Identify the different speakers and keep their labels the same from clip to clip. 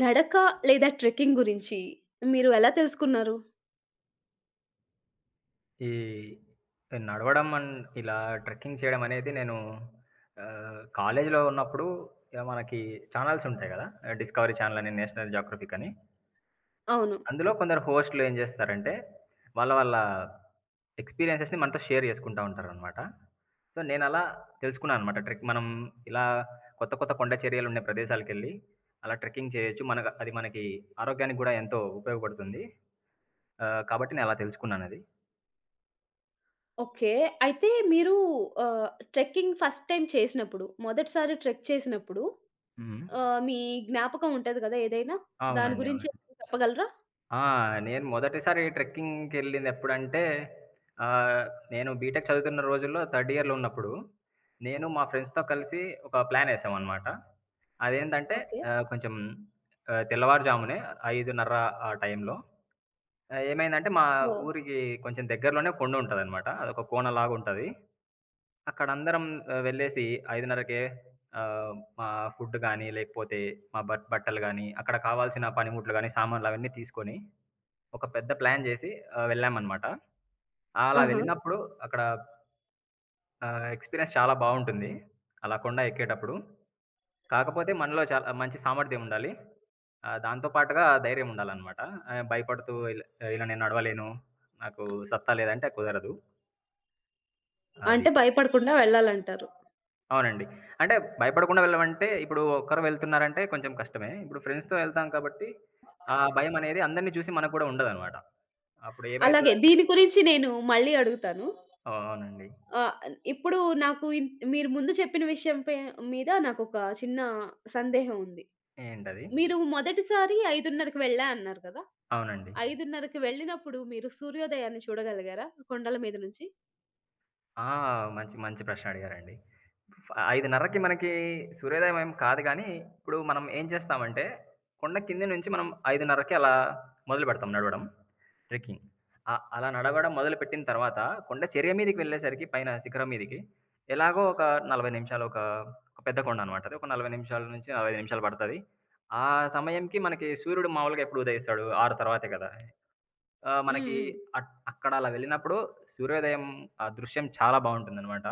Speaker 1: నడక లేదా ట్రెక్కింగ్ గురించి మీరు ఎలా తెలుసుకున్నారు?
Speaker 2: ఈ నడవడం ఇలా ట్రెక్కింగ్ చేయడం అనేది నేను కాలేజీలో ఉన్నప్పుడు ఇగ మనకి ఛానెల్స్ ఉంటాయి గదా! డిస్కవరీ ఛానెల్ అని, నేషనల్ జియోగ్రఫిక్ అని.
Speaker 1: అవును.
Speaker 2: అందులో కొందరు హోస్ట్‌లు ఏం జేస్తారంటే, వాళ్ళ వాళ్ళ ఎక్స్‌పీరియన్సెస్‌ని మనతో షేర్ జేసుకుంటా ఉంటారనమాట. సో, నేనలా తెలుసుకున్నాను అనమాట. ట్రెక్ మనం ఇలా కొత్త కొత్త కొండ చర్యలున్న ప్రదేశాలకెళ్ళి అలా ట్రెక్కింగ్ చేయొచ్చు. మనకు మనకి ఆరోగ్యానికి గూడా ఎంతో ఉపయోగపడుతుంది. కాబట్టి నేనలా తెలుసుకున్నానది.
Speaker 1: ఓకే. అయితే మీరు ట్రెక్కింగ్ ఫస్ట్ టైమ్ చేసినప్పుడు, మొదటిసారి ట్రెక్ చేసినప్పుడు
Speaker 2: హ్మ్.
Speaker 1: మీ జ్ఞాపకం ఉంటది కదా ఏదైనా? దాని
Speaker 2: అవునండి.
Speaker 1: గురించి
Speaker 2: అవును.
Speaker 1: ఏమైనా చెప్పగలరా?
Speaker 2: ఆ! నేను మొదటిసారి ట్రెక్కింగ్‌కెళ్ళిందెప్పుడంటే, ఆహ్, నేను బీటెక్ చదువుతున్న రోజుల్లో థర్డ్ ఇయర్‌లో ఉన్నప్పుడు, నేను మా ఫ్రెండ్స్‌తో కలిసి ఒక ప్లానేసామనమాట. అదేంటంటే
Speaker 1: ఓకే.
Speaker 2: కొంచెం తెల్లవారుజామునే 5:30 ఆ టైంలో ఏమైందంటే మా
Speaker 1: ఓహ్!
Speaker 2: ఊరికి కొంచెం దగ్గరలోనే కొండుంటదనమాట. అదొక కోనలాగుంటది. అక్కడందరం వెళ్ళేసి 5:30కే ఆహ్, మా ఫుడ్ గానీ, లేకపోతే మా బట్టలు గానీ, అక్కడ కావాల్సిన పనిముట్లు గానీ, సామాన్లు అవన్నీ తీసుకొని ఒక పెద్ద ప్లాన్ జేసి వెళ్ళామనమాట. అలా
Speaker 1: ఆహా!
Speaker 2: వెళ్ళినప్పుడు అక్కడ ఎక్స్‌పీరియన్స్ చాలా బావుంటుంది అలా కొండ ఎక్కేటప్పుడు. కాకపోతే మనలో చాలా మంచి సామర్థ్యం ఉండాలి. దాంతో పాటుగా ధైర్యం ఉండాలనమాట. భయపడుతూ ఇలా ఇలా నేను నడవలేను. నాకు సత్తా లేదంటే కుదరదు.
Speaker 1: అంటే
Speaker 2: అది.
Speaker 1: భయపడకుండా వెళ్ళాలంటారు.
Speaker 2: అవునండి. అంటే భయపడకుండా వెళ్ళమంటే ఇప్పుడు ఒక్కరు వెళ్తున్నారంటే కొంచెం కష్టమే. ఇప్పుడు ఫ్రెండ్స్‌తో వెళ్తాం కాబట్టి ఆ భయమనేది అందరిని చూసి మనకు కూడా ఉండదనమాట. అప్పుడు
Speaker 1: అలాగే
Speaker 2: ఏమైతదంటే
Speaker 1: దీని గురించి నేను మళ్ళీ అడుగుతాను.
Speaker 2: అవునండి.
Speaker 1: ఆహ్, ఇప్పుడు నాకు మీరు ముందు చెప్పిన విషయంపై మీద నాకొక చిన్న సందేహం ఉంది.
Speaker 2: ఏంటది?
Speaker 1: మీరు మొదటిసారి 5:30కి వెళ్ళా అన్నారు కదా!
Speaker 2: అవునండి.
Speaker 1: 5:30కి వెళ్ళినప్పుడు మీరు సూర్యోదయాన్ని చూడగలిగారా కొండల మీద నుంచి?
Speaker 2: ఆ! మంచి, మంచి ప్రశ్న అడిగారండి. ఫ 5:30కి మనకి సూర్యోదయం ఏం కాదు గానీ, ఇప్పుడు మనం ఏం చేస్తామంటే, కొండ కింద నుంచి మనం 5:30కి అలా మొదలుపెడతాం నడవడం, ట్రెక్కింగ్. అలా నడవడం మొదలుపెట్టిన తర్వాత, కొండ చర్య మీదకి వెళ్ళేసరికి పైన శిఖరం మీదకి, ఎలాగో ఒక 40 నిమిషాలు ఒక ఒక పెద్ద కొండ అనమాట అది. ఒక 40 నిమిషాల నుంచి 45 నిమిషాలు పడతది. ఆ సమయంకి మనకి సూర్యుడు మామూలుగా ఎప్పుడు ఉదయిస్తాడు? 6 తర్వాతే కదా!
Speaker 1: హ్మ్.
Speaker 2: మనకి
Speaker 1: హ్మ్.
Speaker 2: అక్కడ అలా వెళ్ళినప్పుడు సూర్యోదయం ఆ దృశ్యం చాలా బావుంటుందనమాట.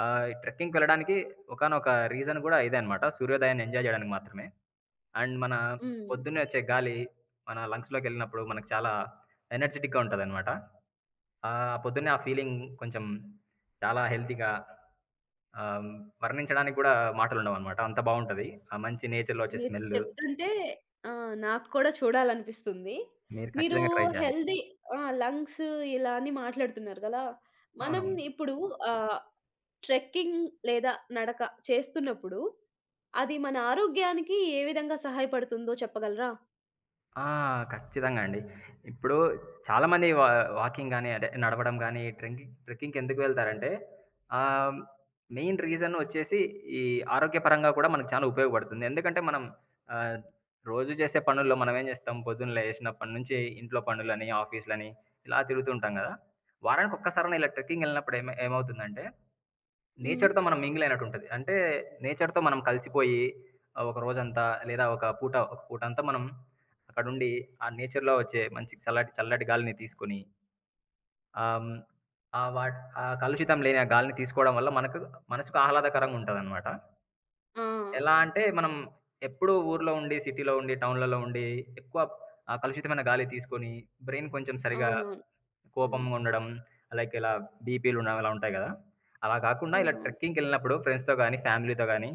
Speaker 2: ఈ ట్రెక్కింగ్‌కి వెళ్ళడానికి ఒకానొక రీజన్ గూడా ఇదే అనమాట. సూర్యోదయాన్ని ఎంజాయ్ జేయడానికి మాత్రమే. అండ్ మన
Speaker 1: హ్మ్.
Speaker 2: పొద్దున్నే ఒచ్చే గాలి మన లంగ్స్‌లోకెళ్ళినప్పుడు మనకు చాలా ఎనర్జిటిక్‌గా ఉంటదనమాట. పొద్దున్నే ఆ ఫీలింగ్ కొంచెం చాలా హెల్తీగా ఆహ్, వర్ణించడానికి గూడా మాటలుండవనమాట. అంత బావుంటది. ఆ మంచి నేచర్‌లో ఒచ్చే
Speaker 1: మీరు
Speaker 2: స్మెల్లు.
Speaker 1: చెప్తుంటే ఆ! నాకు కూడా చూడాలనిపిస్తుంది.
Speaker 2: మీరు
Speaker 1: మీరు
Speaker 2: ఖచ్చితంగా ట్రై చేయాలి.
Speaker 1: హెల్తీ ఆ! లంగ్స్ ఇలా అని మాట్లాడుతున్నారు కదా! మనం
Speaker 2: అవునవును.
Speaker 1: ఇప్పుడు ఆహ్, ట్రెక్కింగ్ లేదా నడక చేస్తున్నప్పుడు అది మన ఆరోగ్యానికి ఏ విధంగా సహాయపడుతుందో చెప్పగలరా?
Speaker 2: ఆ! ఖచ్చితంగా అండి. ఇప్పుడు చాలామంది వాకింగ్ గాని, అదే నడవడం గాని, ట్రెక్కింగ్‌కెందుకు వెళ్తారంటే, ఆహ్, మెయిన్ రీజన్ వచ్చేసి ఈ ఆరోగ్యపరంగా కూడా మనకు చాలా ఉపయోగపడుతుంది. ఎందుకంటే మనం ఆహ్, రోజు చేసే పనుల్లో మనం ఏం చేస్తాం, పొద్దున్న లేసినప్పటి నుంచి ఇంట్లో పనులని, ఆఫీస్‌లని ఇలా తిరుగుతూ ఉంటాం కదా! వారానికి ఒక్కసారైనా ఇలా ట్రెక్కింగ్ వెళ్ళినప్పుడు ఏమవుతుందంటే
Speaker 1: హ్మ్.
Speaker 2: నేచర్‌తో మనం మింగిల్ అయినట్టుంటది. అంటే నేచర్‌తో మనం కలిసిపోయి ఒక రోజంతా లేదా ఒక పూటంతా మనం అక్కడుండి ఆ నేచర్‌లో వచ్చే మంచి చల్లటి చల్లటి గాలిని తీసుకొని ఆహ్, హ్మ్, ఆ ఆ కలుషితం లేని ఆ గాలిని తీసుకోవడం వల్ల మనకు మనసుకు ఆహ్లాదకరంగా ఉంటదనమాట.
Speaker 1: ఆ!
Speaker 2: ఎలా అంటే మనం ఎప్పుడూ ఊర్లో ఉండి, సిటీలో ఉండి, టౌన్‌లలో ఉండి ఎక్కువ ఆ కలుషితమైన గాలి తీసుకొని బ్రెయిన్ కొంచెం సరిగా
Speaker 1: అవునవును. హ్మ్.
Speaker 2: కోపంగా ఉండడం, లైక్ ఇలా బీపీలుండడం ఇలా ఉంటాయి గదా! అలా గాకుండా ఇలా
Speaker 1: హ్మ్.
Speaker 2: ట్రెక్కింగ్‌కెళ్ళినప్పుడు ఫ్రెండ్స్‌తో గానీ, ఫ్యామిలీతో గానీ,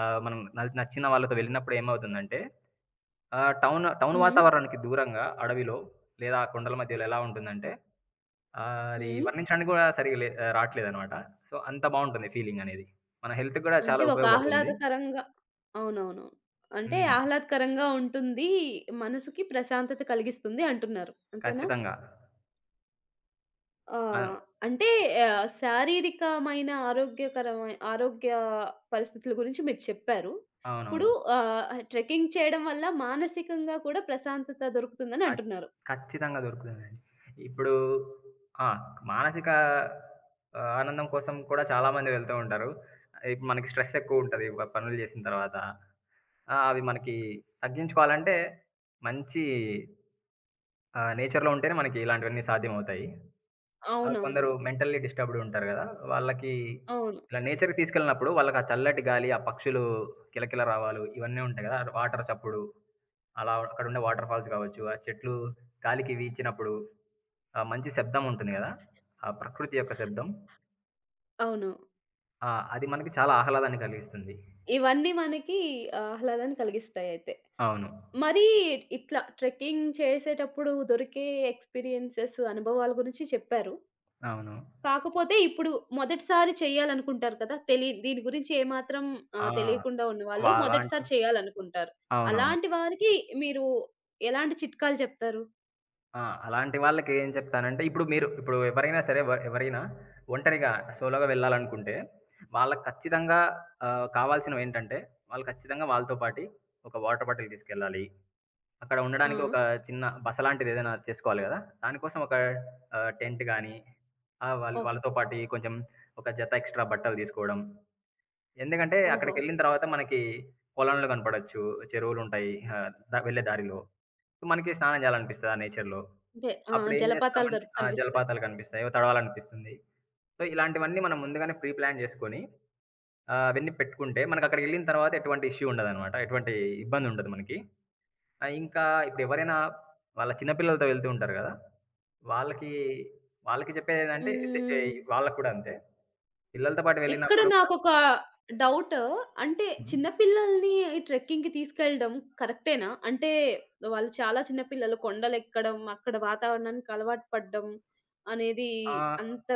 Speaker 2: మనం నచ్చిన వాళ్ళతో వెళ్ళినప్పుడు ఏమవుతుందంటే టౌన్ టౌన్
Speaker 1: హ్మ్.
Speaker 2: వాతావరణానికి దూరంగా అడవిలో లేదా ఆ కొండల మధ్యలో ఎలా ఉంటుందంటే, అది
Speaker 1: హ్మ్.
Speaker 2: వర్ణించడానికి గూడా సరిగ్గా రాట్లేదనమాట. సో, అంత బావుంటుంది ఫీలింగనేది. మన హెల్త్‌కి గూడా చాలా
Speaker 1: అంటే ఒక
Speaker 2: ఉపయోగపడుతుంది.
Speaker 1: ఆహ్లాదకరంగా అవునవును. అంటే
Speaker 2: హ్మ్.
Speaker 1: ఆహ్లాదకరంగా ఉంటుంది. మనసుకి ప్రశాంతత కలిగిస్తుంది అంటున్నారు. అంతేనా?
Speaker 2: ఖచ్చితంగా.
Speaker 1: ఆ!
Speaker 2: అ
Speaker 1: అంటే శారీరకమైన ఆరోగ్య పరిస్థితుల గురించి మీరు చెప్పారు. ఇప్పుడు
Speaker 2: అవునవును.
Speaker 1: ట్రెక్కింగ్ చేయడం వల్ల మానసికంగా కూడా ప్రశాంతత దొరుకుతుందని
Speaker 2: ఖచ్
Speaker 1: అంటున్నారు.
Speaker 2: ఖచ్చితంగా దొరుకుతుందండి. ఇప్పుడు ఆ! మానసిక ఆనందం కోసం కూడా చాలామంది వెళ్తూ ఉంటారు. ఇప్పుడు మనకి స్ట్రెస్ ఎక్కువుంటది పనులు చేసిన తర్వాత. ఆ! అవి మనకి తగ్గించుకోవాలంటే మంచి నేచర్‌లో ఉంటేనే మనకి ఇలాంటివన్నీ సాధ్యమవుతాయి.
Speaker 1: అవునవునవును.
Speaker 2: కొందరు మెంటల్లీ డిస్టర్బ్‌డ్ ఉంటారు గదా! వాళ్ళకి
Speaker 1: అవును.
Speaker 2: ఇలా నేచర్‌కి తీసుకెళ్ళినప్పుడు వాళ్ళకి ఆ చల్లటి గాలి, ఆ పక్షులు కిలకిల రావాలు ఇవన్నీ ఉంటాయి గదా! వాటర్ చప్పుడు, అలా అక్కడుండే వాటర్ ఫాల్స్ కావచ్చు, ఆ చెట్లు గాలికి వీచినప్పుడు ఆ! మంచి శబ్దం ఉంటుంది గదా! ఆ ప్రకృతి యొక్క శబ్దం.
Speaker 1: అవును.
Speaker 2: ఆ! అది మనకి చాలా ఆహ్లాదాన్ని కలిగిస్తుంది.
Speaker 1: ఇవన్నీ మనకి ఆహ్లాదాన్ని కలిగిస్తాయయితే.
Speaker 2: అవును.
Speaker 1: మరీ ఇట్లా ట్రెక్కింగ్ చేసేటప్పుడు దొరికే ఎక్స్‌పీరియన్సెస్, అనుభవాల గురించి చెప్పారు.
Speaker 2: అవును.
Speaker 1: కాకపోతే ఇప్పుడు మొదటిసారి చేయాలనుకుంటారు కదా! దీని గురించి ఏమాత్రం
Speaker 2: ఆ!
Speaker 1: తెలియకుండా ఉన్నవాళ్ళు
Speaker 2: అలాంటి
Speaker 1: మొదటిసారి చేయాలనుకుంటారు.
Speaker 2: అవునవును.
Speaker 1: అలాంటి వారికి మీరు ఎలాంటి చిట్కాలు చెప్తారు?
Speaker 2: ఆ! అలాంటి వాళ్ళకి ఏం చెప్తానంటే, ఇప్పుడు ఎవరైనా సరే ఎవరైనా ఒంటరిగా సోలోగా వెళ్ళాలనుకుంటే, వాళ్ళకి ఖచ్చితంగా కావాల్సినవేంటంటే, వాళ్ళు ఖచ్చితంగా వాళ్ళతో పాటి ఒక వాటర్ బాటిల్ తీసుకెళ్ళాలి. అక్కడ
Speaker 1: ఆ!
Speaker 2: ఉండడానికి ఒక చిన్న బస లాంటిదేదైనా చేసుకోవాలి గదా! దానికోసం ఒక టెంట్ గానీ, వాళ్ళు
Speaker 1: ఓక్
Speaker 2: వాళ్ళతో పాటి కొంచెం ఒక జత ఎక్స్‌ట్రా బట్టలు తీసుకోవడం. ఎందుకంటే,
Speaker 1: ఓహో!
Speaker 2: అక్కడికెళ్ళిన తర్వాత మనకి పొలాలు కనపడొచ్చు, చెరువులుంటాయి. వెళ్ళే దారిలో. సో, మనకి స్నానం చేయాలనిపిస్తది ఆ నేచర్‌లో.
Speaker 1: అంటే ఆ!
Speaker 2: అప్పుడేం
Speaker 1: జలపాతాలు
Speaker 2: చేస్తామంటే ఆ!
Speaker 1: కనిపిస్తాయి.
Speaker 2: జలపాతాలు కనిపిస్తాయి, ఓ తడవాలనిపిస్తుంది. సో, ఇలాంటివన్నీ మనం ముందుగానే ప్రీ ప్లాన్ చేసుకొని అవన్నీ పెట్టుకుంటే మనకక్కడికెళ్ళిన తర్వాత ఎటువంటి ఇష్యూ ఉండదనమాట. ఎటువంటి ఇబ్బందుండదు మనకి. ఆ! ఇంకా ఇప్పుడెవరైనా వాళ్ళ చిన్న పిల్లలతో వెళ్తూ ఉంటారు గదా! వాళ్ళకి, వాళ్ళకి చెప్పేదేంటంటే సె
Speaker 1: హ్మ్.
Speaker 2: ఏయ్ వాళ్ళకి కూడా అంతే. పిల్లలతో పాటు
Speaker 1: ఇక్కడ
Speaker 2: వెళ్ళినప్పుడు కూడా
Speaker 1: నాకొక డౌట్. అంటే
Speaker 2: హ్మ్.
Speaker 1: చిన్న పిల్లల్ని ఈ ట్రెక్కింగ్‌కి తీసుకెళ్ళడం కరెక్టేనా? అంటే వాళ్ళు చాలా చిన్న పిల్లలు కొండలెక్కడం, అక్కడ వాతావరణానికి అలవాటు పడడం అనేది
Speaker 2: ఆహ్,
Speaker 1: అంత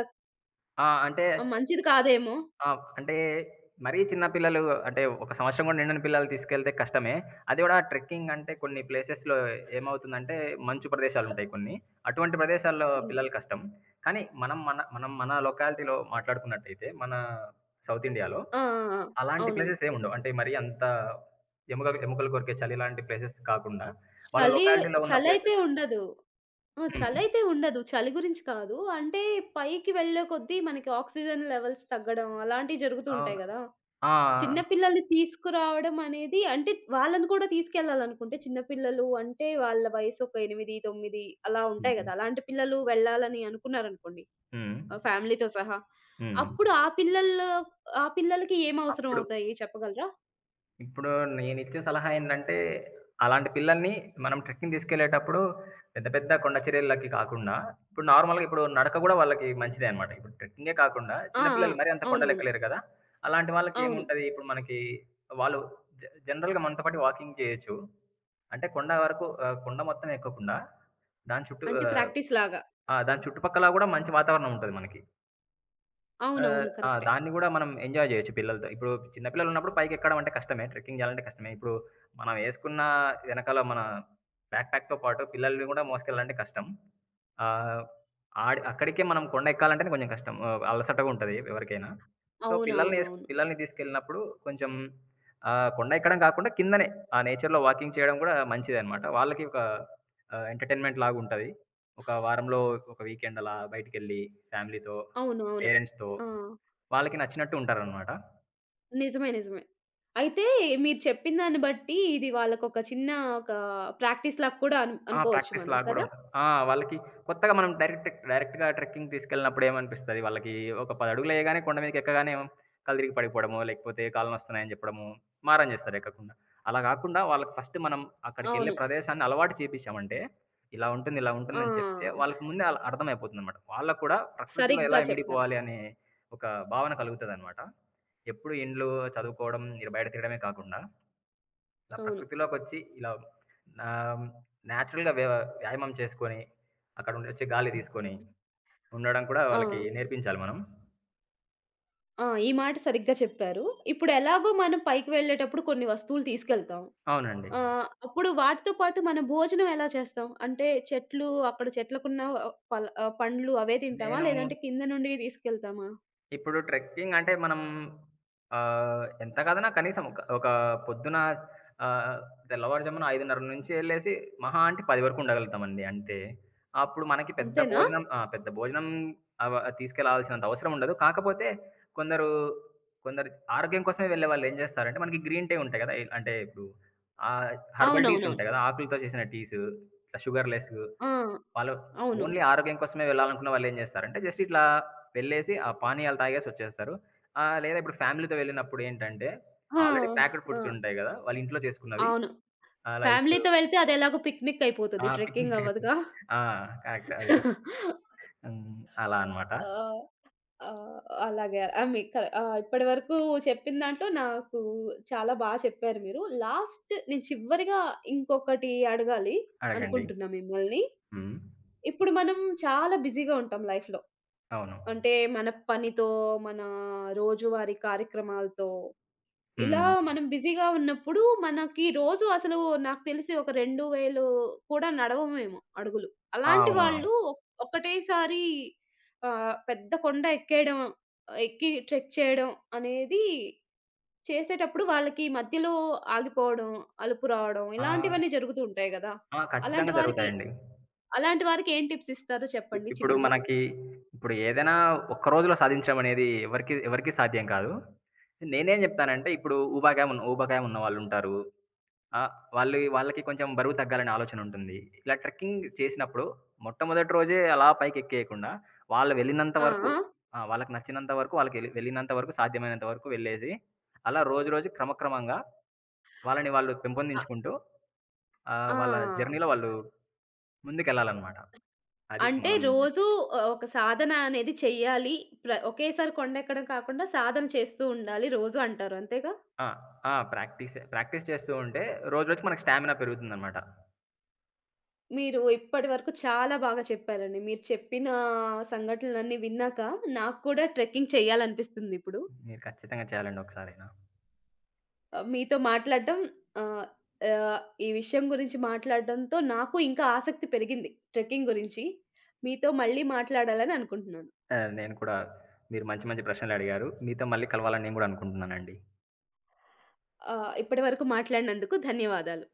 Speaker 2: ఆ! అంటే
Speaker 1: మంచిది కాదేమో!
Speaker 2: ఆహ్, అంటే మరీ చిన్న పిల్లలు అంటే ఒక సంవత్సరం గూడా నిండని పిల్లలు తీసుకెళ్తే కష్టమే. అది గూడా ట్రెక్కింగ్ అంటే కొన్ని ప్లేసెస్‌లో ఏమవుతుందంటే మంచు ప్రదేశాలుంటాయి కొన్ని. అటువంటి ప్రదేశాల్లో
Speaker 1: హ్మ్.
Speaker 2: పిల్లలు కష్టం. కానీ మనం మన లొకాలిటీలో మాట్లాడుకున్నట్టయితే మన సౌత్ ఇండియాలో
Speaker 1: ఆ! ఆ! ఆ!
Speaker 2: అలాంటి
Speaker 1: అవును.
Speaker 2: ప్లేసెస్ ఏముండవు. అంటే మరీ అంత ఎముకలు కొరికే చలి లాంటి ప్లేసెస్ కాకుండా, వాళ్ళ
Speaker 1: చలి
Speaker 2: లొకాలిటీలో ఉన్న
Speaker 1: చలైతే
Speaker 2: ప్లేసెస్‌కి
Speaker 1: ఉండదు. ఆ!
Speaker 2: హ్మ్.
Speaker 1: చలైతే ఉండదు. చలి గురించి కాదు. అంటే పైకి వెళ్ళే కొద్దీ మనకి ఆక్సిజన్ లెవెల్స్ తగ్గడం అలాంటివి జరుగుతూ ఉంటాయి
Speaker 2: అవును.
Speaker 1: గదా!
Speaker 2: ఆ!
Speaker 1: చిన్న పిల్లల్ని తీసుకురావడం అనేది అంటే వాళ్ళని కూడా తీసుకెళ్ళాలనుకుంటే చిన్న పిల్లలు అంటే వాళ్ళ వయసు ఒక 8, 9 అలా ఉంటాయి
Speaker 2: హ్మ్.
Speaker 1: గదా! అలాంటి పిల్లలు వెళ్ళాలని అనుకున్నారనుకోండి
Speaker 2: హ్మ్.
Speaker 1: ఫ్యామిలీతో సహా.
Speaker 2: హ్మ్.
Speaker 1: అప్పుడు ఆ పిల్లలకి ఏం అవసరం
Speaker 2: అప్పుడు
Speaker 1: అవుతాయి చెప్పగలరా?
Speaker 2: ఇప్పుడు నేనిచ్చే సలహా ఏంటంటే, అలాంటి పిల్లల్ని మనం ట్రెక్కింగ్ తీసుకెళ్ళేటప్పుడు పెద్ద పెద్ద కొండ చర్యలకి కాకుండా, ఇప్పుడు నడక గూడా వాళ్ళకి మంచిదే అనమాట. ఇప్పుడు ట్రెక్కింగే కాకుండా
Speaker 1: ఆ!
Speaker 2: చిన్న
Speaker 1: ఆ!
Speaker 2: పిల్లలు మరీ అంత
Speaker 1: అవునవును.
Speaker 2: కొండలెక్కలేరు కదా! అలాంటి వాళ్ళకి
Speaker 1: అవును.
Speaker 2: ఏముంటది ఇప్పుడు మనకి, వాళ్ళు జ జనరల్‌గా మనతో పాటు వాకింగ్ చేయొచ్చు. అంటే కొండ వరకు కొండ మొత్తం ఎక్కకుండా దాని చుట్టూ
Speaker 1: అంటే ప్రాక్టీస్‌లాగా.
Speaker 2: ఆ! దాని చుట్టుపక్కల గూడా మంచి వాతావరణం ఉంటది మనకి.
Speaker 1: అవునవును.
Speaker 2: ఆ!
Speaker 1: కరెక్టే.
Speaker 2: దాన్ని గూడా మనం ఎంజాయ్ జేయొచ్చు పిల్లలతో. ఇప్పుడు చిన్న పిల్లలున్నప్పుడు పైకెక్కడం అంటే కష్టమే. ట్రెక్కింగ్ జేయాలంటే కష్టమే. ఇప్పుడు మనం ఏసుకున్న వెనకాల మన బ్యాక్ ప్యాక్‌తో పాటు పిల్లల్ని గూడా మోసుకెళ్ళాలంటే కష్టం. ఆహ్, అక్కడికే మనం కొండ ఎక్కాలంటేనే కొంచెం కష్టం. అలసటగా ఉంటది ఎవరికైనా. సో,
Speaker 1: అవునవునవును.
Speaker 2: పిల్లల్ని తీసుకెళ్ళినప్పుడు కొంచెం కొండ ఎక్కడం కాకుండా కిందనే ఆ నేచర్‌లో వాకింగ్ చేయడం గూడా మంచిదనమాట. వాళ్ళకి ఒక ఎంటర్‌టైన్‌మెంట్ లాగుంటది. ఒక వారంలో ఒక వీకెండ్ అలా బయటికెళ్ళి ఫ్యామిలీతో,
Speaker 1: అవును. అవును.
Speaker 2: పేరెంట్స్‌తో.
Speaker 1: అవును అవును ఆ!
Speaker 2: వాళ్ళకి నచ్చినట్టు ఉంటారనమాట.
Speaker 1: నిజమే. నిజమే. అయితే మీరు చెప్పిన దాన్ని బట్టి ఇది వాళ్ళకొక చిన్న ఒక ప్రాక్టీస్ లాగా కూడా
Speaker 2: ఆ!
Speaker 1: అనుకోవచ్చు మనం
Speaker 2: ప్రాక్టీస్‌లాగా గూడా
Speaker 1: కదా!
Speaker 2: ఉంటది. ఆ! వాళ్ళకి కొత్తగా మనం డైరెక్ట్‌గా ట్రెక్కింగ్ తీసుకెళ్ళినప్పుడు ఏమనిపిస్తది, వాళ్ళకి ఒక 10 అడుగులు ఎయగానే కొండ మీదకి ఎక్కగానే కళ్ళు తిరిగి పడిపోవడమో, లేకపోతే కాళ్ళు నొస్తున్నాయని జెప్పడమో, మారం జేస్తారు ఎక్కకుండా. అలా గాకుండా వాళ్ళకి ఫస్ట్ మనం అక్కడికెళ్ళే
Speaker 1: అవును.
Speaker 2: ప్రదేశాన్ని అలవాటు చేపిచ్చామంటే, ఇలా ఉంటుంది, ఇలా ఉంటుందని చెప్తే
Speaker 1: ఆ!
Speaker 2: వాళ్ళకి ముందే అర్థమైపోతుందనమాట. వాళ్ళకి కూడా ప్రకృతిలో ఎలా
Speaker 1: సరిగ్గా చెప్పారు.
Speaker 2: ఇమిడిపోవాలి అనే ఒక భావన కలుగుతదనమాట. ఎప్పుడు ఇండ్లు చదువుకోవడం, ఇగ బయట తిరగడమే కాకుండా ఇలా
Speaker 1: అవును.
Speaker 2: ప్రకృతిలోకొచ్చి ఇలా ఆహ్, నేచురల్‌గా వ్యాయామం చేసుకొని, అక్కడ నుండొచ్చే గాలి తీసుకొని ఉండడం కూడా
Speaker 1: ఆ!
Speaker 2: వాళ్ళకి నేర్పించాలి మనం.
Speaker 1: ఆ! ఈ మాట సరిగ్గా చెప్పారు. ఇప్పుడు ఎలాగో మనం పైకి వెళ్ళేటప్పుడు కొన్ని వస్తువులు తీసుకెళ్తాం.
Speaker 2: అవునండి.
Speaker 1: అప్పుడు వాటితో పాటు మన భోజనం ఎలా చేస్తాం? అంటే అక్కడ చెట్లకున్న పండ్లు అవే తింటామా?
Speaker 2: నేను
Speaker 1: లేదంటే కింద నుండి తీసుకెళ్తామా?
Speaker 2: ఇప్పుడు ట్రెక్కింగ్ అంటే మనం ఎంత కాదన్నా కనీసం ఒక ఒక పొద్దున ఆహ్, తెల్లవారుజామున 5:30-11:00, మహా అంటే 10 వరకు ఉండగలుగుతామండి అంతే. అప్పుడు మనకి పెద్ద
Speaker 1: అంతేనా?
Speaker 2: భోజనం ఆ! పెద్ద భోజనం అవ తీసుకెళ్ళాల్సినంత అవసరం ఉండదు. కాకపోతే కొందరు, కొందరు ఆరోగ్యం కోసమే వెళ్ళేవాళ్ళు ఏం చేస్తారంటే, మనకి గ్రీన్ టీ ఉంటాయి కదా! అంటే ఇప్పుడు ఆహ్, హెర్బల్ టీస్
Speaker 1: అవునవునవును.
Speaker 2: ఉంటాయి కదా! ఆకులతో చేసిన టీస్, ఇట్లా షుగర్ లెస్.
Speaker 1: ఆ!
Speaker 2: వాళ్ళు
Speaker 1: అవును.
Speaker 2: ఓన్లీ ఆరోగ్యం కోసమే వెళ్ళాలనుకున్న వాళ్ళేం జేస్తారంటే, జస్ట్ ఇట్లా వెళ్ళేసి ఆ పానీయాలు తాగేసొచ్చేస్తారు. లేదా ఇప్పుడు ఫ్యామిలీతో వెళ్ళినప్పుడేంటంటే,
Speaker 1: ఆ!
Speaker 2: ఆల్రెడీ ప్యాక్డ్
Speaker 1: ఆ!
Speaker 2: ఫుడ్స్ ఉంటాయి గదా! వాళ్ళు ఇంట్లో చేసుకున్నవి.
Speaker 1: అవును.
Speaker 2: ఆహ్, లైక్
Speaker 1: ఫ్యామిలీతో వెళ్తే అదెలాగో పిక్నిక్ అయిపోతది.
Speaker 2: ఆ!
Speaker 1: ట్రెక్కింగ్
Speaker 2: పిక్నిక్ అయిపోయి
Speaker 1: అవ్వదుగా.
Speaker 2: ఆ! కరెక్ట్ అది. హ్మ్. అలా అనమాట.
Speaker 1: ఆ! ఆ! అలాగే ఆ! మీకు ఆ! ఇప్పటి వరకు చెప్పిన దాంట్లో నాకు చాలా చెప్పారు మీరు. లాస్ట్ నేను చివరిగా ఇంకొకటి అడగాలి
Speaker 2: అడగండి.
Speaker 1: అనుకుంటున్నా మిమ్మల్ని.
Speaker 2: హ్మ్.
Speaker 1: ఇప్పుడు మనం చాలా బిజీగా ఉంటాం లైఫ్‌లో.
Speaker 2: అవును.
Speaker 1: అంటే మన పనితో, మన రోజువారీ కార్యక్రమాలతో ఇలా
Speaker 2: హ్మ్.
Speaker 1: మనం బిజీగా ఉన్నప్పుడు మనకి రోజు అసలు నాకు తెలిసి ఒక 2,000 కూడా నడవమేమో అడుగులు.
Speaker 2: ఆ!
Speaker 1: అలాంటి
Speaker 2: అవునవును.
Speaker 1: వాళ్ళు ఒకటేసారి పెద్ద కొండ ఎక్కేయడం, ఎక్కి ట్రెక్ చేయడం అనేది చేసేటప్పుడు వాళ్ళకి మధ్యలో ఆగిపోవడం, అలుపు రావడం
Speaker 2: ఆహ్,
Speaker 1: ఇలాంటివన్నీ జరుగుతూ ఉంటాయి గదా!
Speaker 2: ఆ!
Speaker 1: అలాంటి
Speaker 2: ఖచ్చితంగా
Speaker 1: వారికి
Speaker 2: జరుగుతాయండి.
Speaker 1: అలాంటి వారికి ఏం టిప్స్ ఇస్తారో చెప్పండి
Speaker 2: ఇప్పుడు
Speaker 1: చివరిగా?
Speaker 2: మనకి ఇప్పుడు ఏదైనా ఒక్క రోజులో సాధించడమనేది ఎవరికీ సాధ్యం కాదు. నేనేం జెప్తానంటే ఇప్పుడు ఊబకాయం ఉన్నవాళ్ళుంటారు. ఆహ్, వాళ్ళకి కొంచెం బరువు తగ్గాలనే ఆలోచనుంటుంది. ఇలా ట్రెక్కింగ్ చేసినప్పుడు మొట్టమొదటి రోజే అలా పైకెక్కేయకుండా వాళ్ళు వెళ్ళినంత
Speaker 1: ఆ!
Speaker 2: వరకు
Speaker 1: ఆ!
Speaker 2: ఆ! వాళ్ళకి నచ్చినంత వరకు వాళ్ళకి వె వెళ్ళినంత వరకు సాధ్యమైనంత వరకు వెళ్ళేసి, అలా రోజు రోజు క్రమక్రమంగా వాళ్ళని వాళ్ళు
Speaker 1: ఆ!
Speaker 2: పెంపొందించుకుంటూ
Speaker 1: ఆ!
Speaker 2: వాళ్ళ జర్నీలో వాళ్ళు ముందుకెళ్ళాలనమాట. అది
Speaker 1: అంటే
Speaker 2: మనం
Speaker 1: రోజు
Speaker 2: చెప్పేది.
Speaker 1: ఒక సాధన అనేది చెయ్యాలి. ఒకేసారి కొండెక్కడం కాకుండా సాధన చేస్తూ ఉండాలి రోజు అంటారు. అంతేగా?
Speaker 2: ఆ! ఆ! ప్రాక్టీసే. ప్రాక్టీస్ చేస్తూ ఉంటే రోజురోజుకి మనకు స్టామినా పెరుగుతుందనమాట.
Speaker 1: మీరు ఇప్పటి వరకు చాలా బాగా చెప్పారండి. మీరు చెప్పిన సంఘటనలన్నీ విన్నాక నాకు కూడా ట్రెక్కింగ్ చేయాలనిపిస్తుంది ఇప్పుడు.
Speaker 2: మీరు ఖచ్చితంగా చేయాలండి ఒకసారైనా.
Speaker 1: మీతో మాట్లాడడం ఆహ్, ఆహ్, ఈ విషయం గురించి మాట్లాడడంతో నాకు ఇంకా ఆసక్తి పెరిగింది ట్రెక్కింగ్ గురించి. మీతో మళ్ళీ మాట్లాడాలని అనుకుంటున్నాను.
Speaker 2: నేను కూడా, మీరు మంచి మంచి ప్రశ్నలడిగారు. మీతో మళ్ళీ కలవాలని నేను గూడా అనుకుంటున్నానండి.
Speaker 1: ఇప్పటి వరకు మాట్లాడినందుకు ధన్యవాదాలు.